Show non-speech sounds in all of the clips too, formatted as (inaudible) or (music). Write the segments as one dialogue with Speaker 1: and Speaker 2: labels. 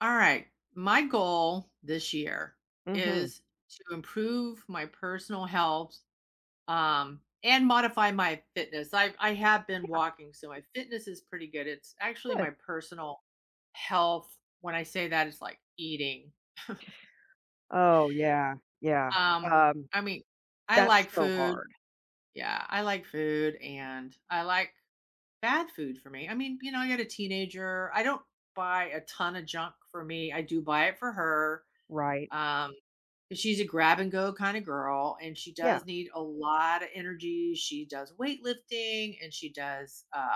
Speaker 1: All right. My goal this year
Speaker 2: Mhm,
Speaker 1: is to improve my personal health, and modify my fitness. I have been walking, so my fitness is pretty good. It's actually my
Speaker 2: good.
Speaker 1: personal health. When I say that, it's like eating.
Speaker 2: Oh, yeah, yeah,
Speaker 1: Um,
Speaker 2: um,
Speaker 1: I mean, I
Speaker 2: that's
Speaker 1: like
Speaker 2: so
Speaker 1: food.
Speaker 2: hard,
Speaker 1: Yeah, I like food, and I like bad food for me. I mean, you know, I got a teenager. I don't buy a ton of junk for me. I do buy it for her.
Speaker 2: right?
Speaker 1: Um, She's a grab and go kind of girl, and she
Speaker 2: Yeah,
Speaker 1: does need a lot of energy. She does weightlifting and she does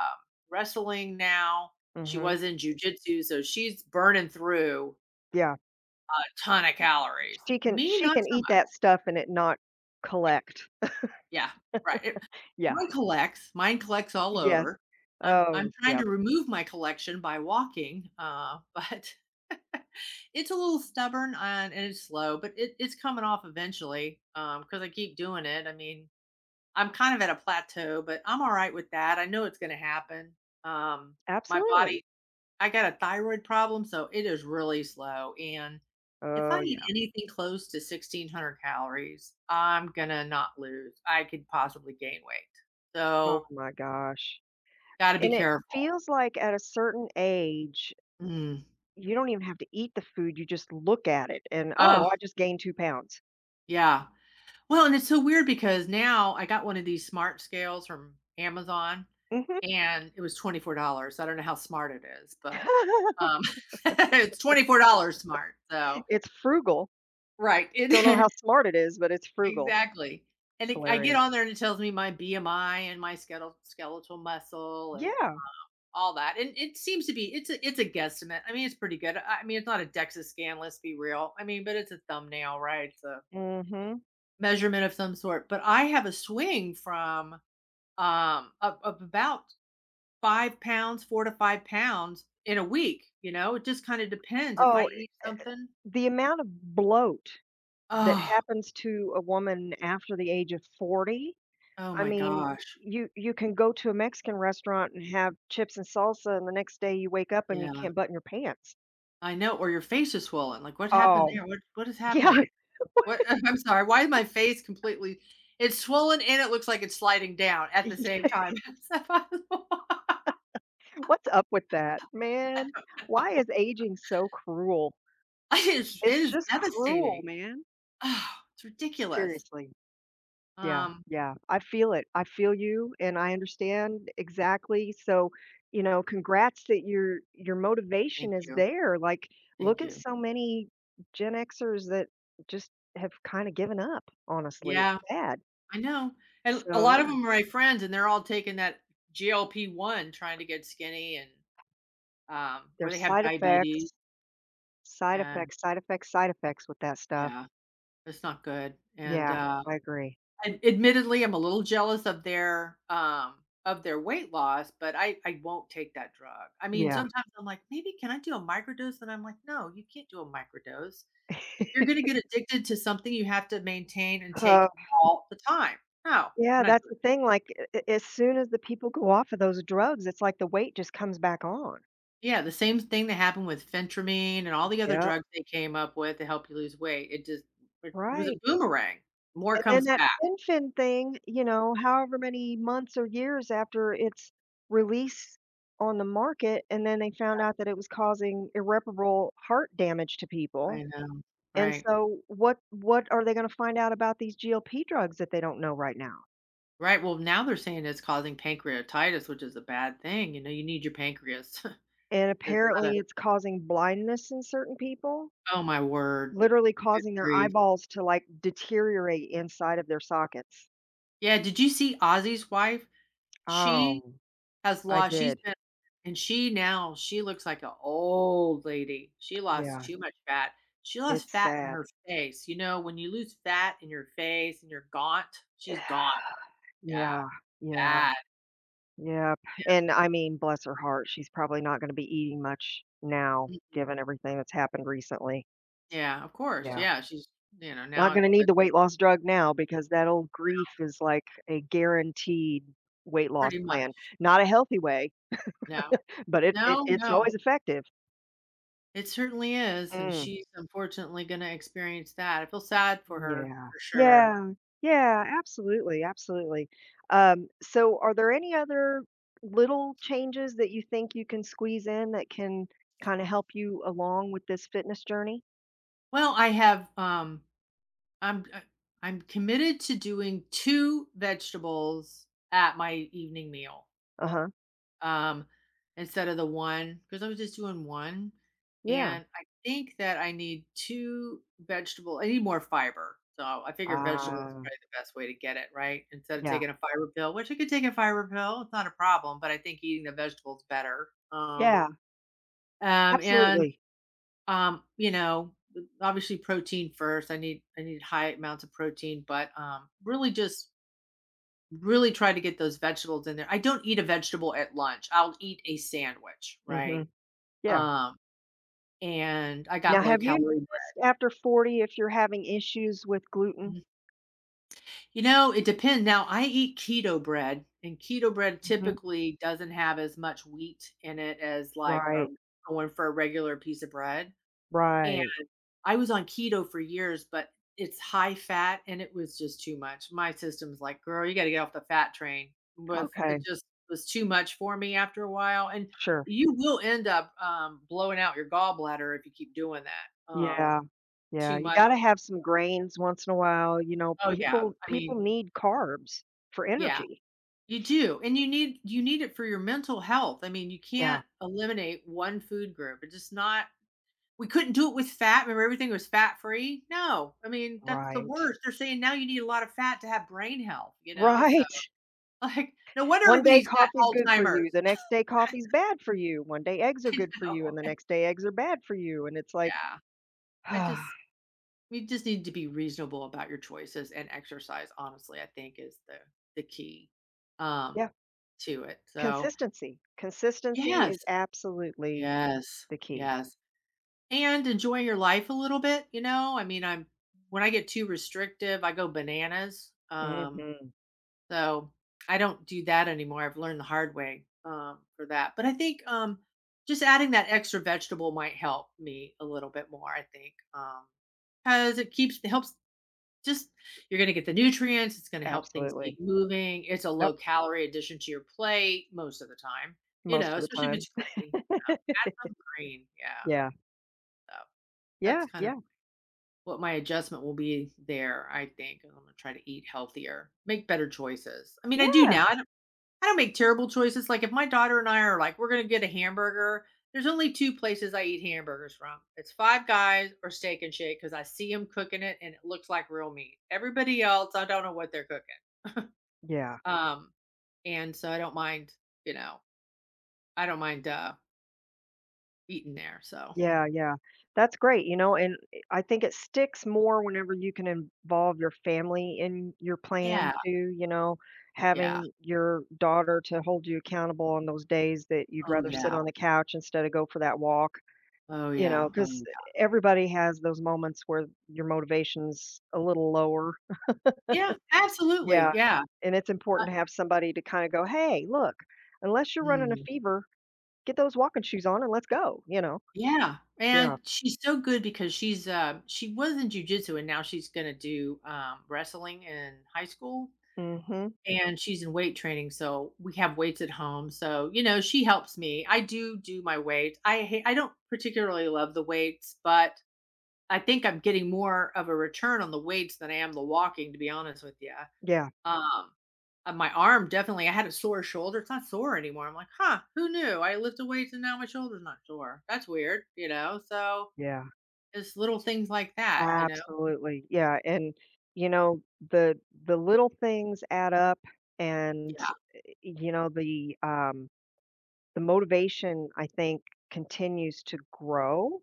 Speaker 1: wrestling now. She
Speaker 2: mhm,
Speaker 1: was in jujitsu, so she's burning through
Speaker 2: yeah,
Speaker 1: a ton of calories.
Speaker 2: she can
Speaker 1: Me,
Speaker 2: she
Speaker 1: not
Speaker 2: can
Speaker 1: so
Speaker 2: eat
Speaker 1: much.
Speaker 2: that stuff and it not collect.
Speaker 1: Yeah, right, it
Speaker 2: Yeah,
Speaker 1: mine collects all
Speaker 2: yeah,
Speaker 1: over. I'm
Speaker 2: oh,
Speaker 1: trying
Speaker 2: yeah.
Speaker 1: to remove my collection by walking, but (laughs) it's a little stubborn and it's slow, but it's coming off eventually, because I keep doing it. I mean, I'm kind of at a plateau, but I'm alright with that. I know it's gonna happen. Um, my
Speaker 2: Absolutely.
Speaker 1: body I got a thyroid problem, so it is really slow, and if I
Speaker 2: Oh,
Speaker 1: eat
Speaker 2: yeah,
Speaker 1: anything close to 1,600 calories, I'm gonna not lose. I could possibly gain weight.
Speaker 2: oh
Speaker 1: So,
Speaker 2: my gosh,
Speaker 1: gotta be
Speaker 2: and it
Speaker 1: careful.
Speaker 2: feels like at a certain age,
Speaker 1: Mm.
Speaker 2: you don't even have to eat the food, you just look at it and, "Oh,
Speaker 1: Oh,
Speaker 2: I just gained 2 pounds."
Speaker 1: yeah. Well, and it's so weird because now I got one of these smart scales from Amazon,
Speaker 2: Mhm.
Speaker 1: and it was $24. I don't know how smart it is, but,
Speaker 2: (laughs)
Speaker 1: um, (laughs) it's $24 smart, so
Speaker 2: It's frugal.
Speaker 1: right,
Speaker 2: Don't know how
Speaker 1: it
Speaker 2: smart it is, but it's
Speaker 1: (laughs)
Speaker 2: frugal.
Speaker 1: exactly. And
Speaker 2: It's
Speaker 1: it I get
Speaker 2: hilarious.
Speaker 1: on there and it tells me my BMI and my skeletal muscle and
Speaker 2: Yeah.
Speaker 1: all that. And it seems to be it's a guesstimate. I mean, it's pretty good. I mean, it's not a DEXA scan, let's be real. I mean, but it's a thumbnail, right? It's a
Speaker 2: Mhm.
Speaker 1: measurement of some sort. But I have a swing from of about 5 pounds, 4 to 5 pounds in a week. You know, it just kind of depends. If I
Speaker 2: Oh,
Speaker 1: eat something,
Speaker 2: the amount of bloat that
Speaker 1: oh,
Speaker 2: happens to a woman after the age of 40,
Speaker 1: oh
Speaker 2: I
Speaker 1: my
Speaker 2: mean,
Speaker 1: gosh.
Speaker 2: you can go to a Mexican restaurant and have chips and salsa, and the next day you wake up and you
Speaker 1: Yeah.
Speaker 2: can't button your pants.
Speaker 1: I know. Or your face is swollen. Like what happened
Speaker 2: Oh,
Speaker 1: there? What is
Speaker 2: yeah.
Speaker 1: happening? What? (laughs) I'm sorry, why is my face completely it's swollen and it looks like it's sliding down
Speaker 2: (laughs)
Speaker 1: at the same
Speaker 2: yeah.
Speaker 1: time. (laughs) So I was
Speaker 2: What's up with that, man?
Speaker 1: like,
Speaker 2: Why is aging so cruel?
Speaker 1: (laughs) It is it
Speaker 2: It's
Speaker 1: is
Speaker 2: just cruel,
Speaker 1: devastating.
Speaker 2: man.
Speaker 1: Oh, it's ridiculous.
Speaker 2: Seriously. Yeah,
Speaker 1: Um,
Speaker 2: yeah, I feel it. I feel you, and I understand exactly. So, you know, congrats that your
Speaker 1: thank
Speaker 2: motivation is
Speaker 1: you,
Speaker 2: there. Like, look
Speaker 1: thank
Speaker 2: at
Speaker 1: you.
Speaker 2: so many Gen Xers that just have kind of given up, honestly. It's
Speaker 1: Yeah,
Speaker 2: sad.
Speaker 1: I know, and a
Speaker 2: So,
Speaker 1: lot of
Speaker 2: yeah,
Speaker 1: them are my friends, and they're all taking that GLP-1 trying to get skinny and, or they
Speaker 2: there's
Speaker 1: have
Speaker 2: side
Speaker 1: diabetes,
Speaker 2: effects, side
Speaker 1: and
Speaker 2: effects, side effects, side effects with that stuff.
Speaker 1: yeah, it's not good,
Speaker 2: Yeah, I agree.
Speaker 1: Ad admittedly, I'm a little jealous of their weight loss, but I won't take that drug. I mean,
Speaker 2: Yeah.
Speaker 1: sometimes I'm like, "Maybe can I do a microdose?" And I'm like, "No, you can't do a microdose. You're gonna get
Speaker 2: (laughs)
Speaker 1: addicted to something you have to maintain and take
Speaker 2: Uh,
Speaker 1: all the time. No, I'm
Speaker 2: yeah,
Speaker 1: not
Speaker 2: that's
Speaker 1: doing
Speaker 2: the
Speaker 1: it."
Speaker 2: thing. Like, as soon as the people go off of those drugs, it's like the weight just comes back on.
Speaker 1: Yeah, the same thing that happened with phentermine and all the other
Speaker 2: Yeah.
Speaker 1: drugs they came up with to help you lose weight. It just it was a
Speaker 2: Right,
Speaker 1: boomerang. More
Speaker 2: and then
Speaker 1: comes
Speaker 2: that
Speaker 1: back.
Speaker 2: FinFin thing, you know, however many months or years after its release on the market, and then they found out that it was causing irreparable heart damage to
Speaker 1: I
Speaker 2: people,
Speaker 1: know,
Speaker 2: and
Speaker 1: right.
Speaker 2: so what are they gonna find out about these GLP drugs that they don't know right now?
Speaker 1: Right, well, now they're saying it's causing pancreatitis, which is a bad thing, you know, you need your pancreas. (laughs)
Speaker 2: And
Speaker 1: There's not a
Speaker 2: apparently it's causing blindness in certain people,
Speaker 1: oh my word,
Speaker 2: literally
Speaker 1: good
Speaker 2: causing their
Speaker 1: grief.
Speaker 2: eyeballs to, like, deteriorate inside of their sockets.
Speaker 1: Yeah, did you see Ozzy's wife? She
Speaker 2: Oh,
Speaker 1: has
Speaker 2: I
Speaker 1: lost she's
Speaker 2: did.
Speaker 1: been and she now she looks like an old lady. She lost
Speaker 2: Yeah,
Speaker 1: too much fat. She
Speaker 2: it's
Speaker 1: lost fat in
Speaker 2: sad.
Speaker 1: her face, you know, when you lose fat in your face and you're gaunt, she's gaunt. Yeah,
Speaker 2: Yeah, yeah.
Speaker 1: bad.
Speaker 2: Yep, and I mean, bless her heart, she's probably not gonna be eating much now
Speaker 1: Mm.
Speaker 2: given everything that's happened recently.
Speaker 1: Yeah, of course,
Speaker 2: Yeah.
Speaker 1: yeah, she's you know, now
Speaker 2: Not
Speaker 1: it-
Speaker 2: gonna
Speaker 1: but
Speaker 2: need the weight loss drug now because that old grief is like a guaranteed weight loss
Speaker 1: pretty
Speaker 2: plan.
Speaker 1: much.
Speaker 2: Not a healthy way,
Speaker 1: No.
Speaker 2: but it it
Speaker 1: No,
Speaker 2: it's
Speaker 1: no.
Speaker 2: always effective.
Speaker 1: It certainly is, and
Speaker 2: Mm,
Speaker 1: she's unfortunately gonna experience that. I feel sad for her
Speaker 2: yeah.
Speaker 1: for sure.
Speaker 2: Yeah, yeah, absolutely, absolutely. So are there any other little changes that you think you can squeeze in that can kinda help you along with this fitness journey?
Speaker 1: Well, I have, I'm uh, I'm committed to doing 2 vegetables at my evening meal,
Speaker 2: Uh-huh.
Speaker 1: um, instead of the one, because I was just doing one.
Speaker 2: Yeah.
Speaker 1: And I think that I need two vegetable. I need more fiber. So I figure vegetables is
Speaker 2: Ah,
Speaker 1: probably the best way to get it, right? Instead of
Speaker 2: yeah.
Speaker 1: taking a fiber pill, which I could take a fiber pill, it's not a problem, but I think eating the vegetables better.
Speaker 2: Yeah,
Speaker 1: And
Speaker 2: absolutely.
Speaker 1: you know, obviously protein first. I need high amounts of protein, but really just really try to get those vegetables in there. I don't eat a vegetable at lunch. I'll eat a sandwich, right?
Speaker 2: Mhm. Yeah.
Speaker 1: Um, and I
Speaker 2: Now
Speaker 1: got low
Speaker 2: have you
Speaker 1: calorie bread.
Speaker 2: noticed after 40 if you're having issues with gluten?
Speaker 1: Mhm. You know, it depends. Now, I eat keto bread, and keto bread
Speaker 2: Mhm.
Speaker 1: typically doesn't have as much wheat in it as like a
Speaker 2: Right,
Speaker 1: going for a regular piece of bread.
Speaker 2: right.
Speaker 1: I was on keto for years, but it's high fat and it was just too much. My system's like, girl, you got to get off the fat train. With it
Speaker 2: Okay,
Speaker 1: just was too much for me after a while. And
Speaker 2: sure.
Speaker 1: you will end up blowing out your gallbladder if you keep doing that
Speaker 2: Yeah.
Speaker 1: too
Speaker 2: Yeah, you
Speaker 1: much.
Speaker 2: gotta have some grains once in a while, you know,
Speaker 1: Oh yeah,
Speaker 2: people
Speaker 1: I mean,
Speaker 2: people need carbs for
Speaker 1: yeah,
Speaker 2: energy.
Speaker 1: you do, and you need it for your mental health. I mean, you
Speaker 2: Yeah,
Speaker 1: can't eliminate one food group. It's just not we couldn't do it with fat. Remember everything was fat free? No. I mean, that's the
Speaker 2: right.
Speaker 1: worst. They're saying now you need a lot of fat to have brain health, you know? So,
Speaker 2: Right.
Speaker 1: (laughs) like,
Speaker 2: (laughs)
Speaker 1: no wonder
Speaker 2: One day
Speaker 1: everybody's got
Speaker 2: coffee's good for you,
Speaker 1: Alzheimer's.
Speaker 2: the next day coffee's
Speaker 1: (laughs)
Speaker 2: bad for you, one day eggs are
Speaker 1: I
Speaker 2: good for
Speaker 1: know.
Speaker 2: you, and the
Speaker 1: (laughs)
Speaker 2: next day eggs are bad for you, and it's like
Speaker 1: Yeah. I just
Speaker 2: (sighs)
Speaker 1: we just need to be reasonable about your choices and exercise, honestly, I think is the key, um,
Speaker 2: yeah,
Speaker 1: to it. So,
Speaker 2: consistency. Consistency
Speaker 1: yes.
Speaker 2: is absolutely
Speaker 1: Yes.
Speaker 2: the key.
Speaker 1: Yes. And enjoy your life a little bit, you know? I mean, I'm when I get too restrictive, I go bananas. Um
Speaker 2: Mhm,
Speaker 1: So, I don't do that anymore, I've learned the hard way, for that, but I think, just adding that extra vegetable might help me a little bit more, I think, because it keeps it helps just you're gonna get the nutrients, it's gonna help things
Speaker 2: absolutely.
Speaker 1: keep moving, it's a
Speaker 2: Yep,
Speaker 1: low calorie addition to your plate most of the time, you
Speaker 2: most
Speaker 1: know,
Speaker 2: of the
Speaker 1: especially if
Speaker 2: time.
Speaker 1: it's green, you know,
Speaker 2: (laughs)
Speaker 1: add some green, yeah,
Speaker 2: Yeah,
Speaker 1: so that's
Speaker 2: yeah,
Speaker 1: kind of
Speaker 2: yeah,
Speaker 1: what my adjustment will be there, I think, I'm gonna try to eat healthier, make better choices. I mean, I do
Speaker 2: yeah,
Speaker 1: now, I don't make terrible choices. Like if my daughter and I are like, we're gonna get a hamburger. There's only two places I eat hamburgers from. It's Five Guys or Steak and Shake because I see them cooking it and it looks like real meat. Everybody else, I don't know what they're cooking.
Speaker 2: yeah,
Speaker 1: Um, and so I don't mind, you know, I don't mind eating there. So
Speaker 2: yeah, yeah. That's great, you know, and I think it sticks more whenever you can involve your family in your
Speaker 1: yeah,
Speaker 2: plan too, you know,
Speaker 1: yeah.
Speaker 2: having your daughter to hold you accountable on those days that you'd
Speaker 1: Oh
Speaker 2: rather sit
Speaker 1: yeah.
Speaker 2: on the couch instead of go for that walk.
Speaker 1: Oh
Speaker 2: You
Speaker 1: yeah.
Speaker 2: know,
Speaker 1: Oh
Speaker 2: because
Speaker 1: yeah.
Speaker 2: everybody has those moments where your motivation's a little lower.
Speaker 1: Yeah, absolutely.
Speaker 2: Yeah,
Speaker 1: Yeah.
Speaker 2: and it's
Speaker 1: I-
Speaker 2: important to have somebody to kinda go, "Hey, look, unless you're running a
Speaker 1: mm.
Speaker 2: fever, get those walking shoes on and let's go," you know?
Speaker 1: Yeah,
Speaker 2: Yeah.
Speaker 1: and she's so good because she was in jujitsu and now she's gonna do, wrestling in high school,
Speaker 2: Mm, mhm.
Speaker 1: and she's in weight training, so we have weights at home, so, you know, she helps me. I do my weight. I don't particularly love the weights, but I think I'm getting more of a return on the weights than I am the walking, to be honest with you.
Speaker 2: Yeah,
Speaker 1: Um, my arm definitely I had a sore shoulder, it's not sore anymore. I'm like, "Huh, who knew? I lifted weights and now my shoulder's not sore. That's weird," you know, so
Speaker 2: yeah,
Speaker 1: just little things like that, you know?
Speaker 2: absolutely. Yeah, and, you know, the little things add up and,
Speaker 1: Yeah.
Speaker 2: you know, the motivation, I think, continues to grow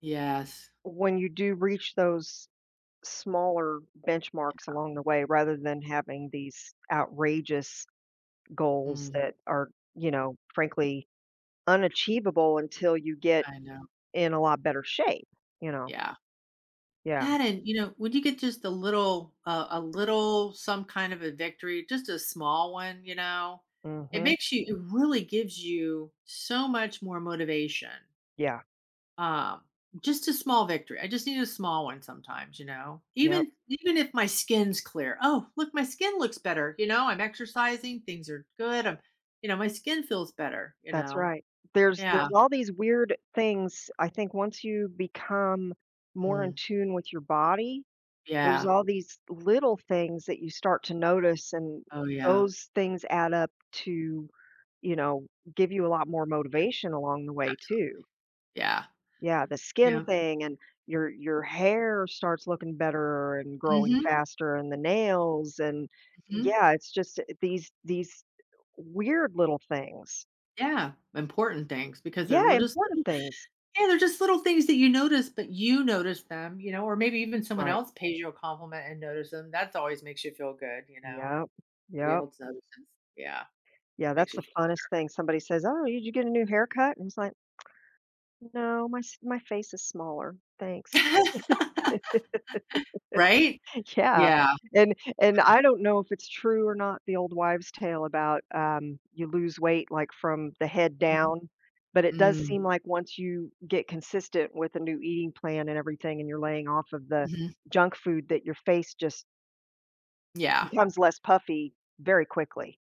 Speaker 1: Yes.
Speaker 2: when you do reach those smaller benchmarks along the way rather than having these outrageous goals
Speaker 1: Mm,
Speaker 2: that are, you know, frankly unachievable until you get
Speaker 1: I know.
Speaker 2: in a lot better shape, you know?
Speaker 1: Yeah.
Speaker 2: Yeah.
Speaker 1: That and, you know, when you get just a little some kind of a victory, just a small one, you know, it
Speaker 2: Mhm.
Speaker 1: makes you it really gives you so much more motivation.
Speaker 2: Yeah.
Speaker 1: Um, just a small victory. I just need a small one sometimes, you know.
Speaker 2: Yep.
Speaker 1: Even if my skin's clear. Oh, look, my skin looks better, you know. I'm exercising, things are good. I'm you know, my skin feels better, you
Speaker 2: That's
Speaker 1: know.
Speaker 2: right. There's
Speaker 1: Yeah.
Speaker 2: there's all these weird things I think once you become more in
Speaker 1: Mm.
Speaker 2: tune with your body. There's
Speaker 1: Yeah.
Speaker 2: all these little things that you start to notice, and
Speaker 1: Oh, yeah.
Speaker 2: those things add up to, you know, give you a lot more motivation along the way
Speaker 1: Absolutely.
Speaker 2: too.
Speaker 1: Yeah.
Speaker 2: Yeah, the skin
Speaker 1: Yeah.
Speaker 2: thing and your hair starts looking better and growing
Speaker 1: Mhm,
Speaker 2: faster and the nails and
Speaker 1: mhm.
Speaker 2: yeah, it's just these weird little things.
Speaker 1: Yeah. Important things because they're
Speaker 2: Yeah,
Speaker 1: li just
Speaker 2: important
Speaker 1: little
Speaker 2: things.
Speaker 1: yeah, they're just little things that you notice, but you notice them, you know, or maybe even someone
Speaker 2: Right.
Speaker 1: else pays you a compliment and notice them. That always makes you feel good, you know?
Speaker 2: Yep.
Speaker 1: Somebody
Speaker 2: Yep.
Speaker 1: else notices. Yeah,
Speaker 2: Yeah,
Speaker 1: makes
Speaker 2: that's
Speaker 1: you
Speaker 2: the
Speaker 1: feel
Speaker 2: funnest thing. Somebody says, "Oh, did you get a new haircut?" And it's like no, my face is smaller, thanks.
Speaker 1: good, (laughs) right?
Speaker 2: (laughs) Yeah,
Speaker 1: Yeah.
Speaker 2: and I don't know if it's true or not, the old wives' tale about, you lose weight, like, from the head
Speaker 1: Mhm.
Speaker 2: down, but it does
Speaker 1: Mm.
Speaker 2: seem like once you get consistent with a new eating plan and everything and you're laying off of the
Speaker 1: Mhm.
Speaker 2: junk food that your face just
Speaker 1: Yeah.
Speaker 2: becomes less puffy very quickly.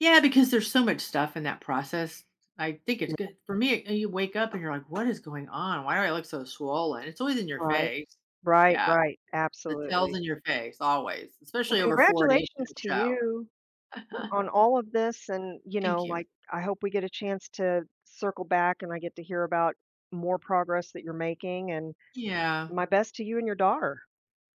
Speaker 1: Yeah, because there's so much stuff in that process. I think it's
Speaker 2: Yeah,
Speaker 1: good. For me, you wake up and you're like, "What is going on? Why do I look so swollen?" It's always in your
Speaker 2: right,
Speaker 1: face.
Speaker 2: right,
Speaker 1: Yeah,
Speaker 2: right,
Speaker 1: the tail's
Speaker 2: absolutely.
Speaker 1: in your face always,
Speaker 2: Well,
Speaker 1: especially over 40, it's
Speaker 2: congratulations to
Speaker 1: gonna
Speaker 2: you
Speaker 1: show.
Speaker 2: on
Speaker 1: (laughs)
Speaker 2: all of this, and you
Speaker 1: Thank
Speaker 2: know
Speaker 1: you.
Speaker 2: like I hope we get a chance to circle back and I get to hear about more progress that you're making, and
Speaker 1: Yeah.
Speaker 2: my best to you and your daughter.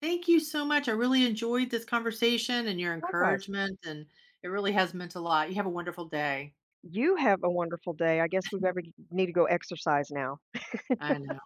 Speaker 1: Thank you so much. I really enjoyed this conversation and your
Speaker 2: Likewise.
Speaker 1: encouragement, and it really has meant a lot. You have a wonderful day.
Speaker 2: You have a wonderful day. I guess we better need to go exercise now.
Speaker 1: I know.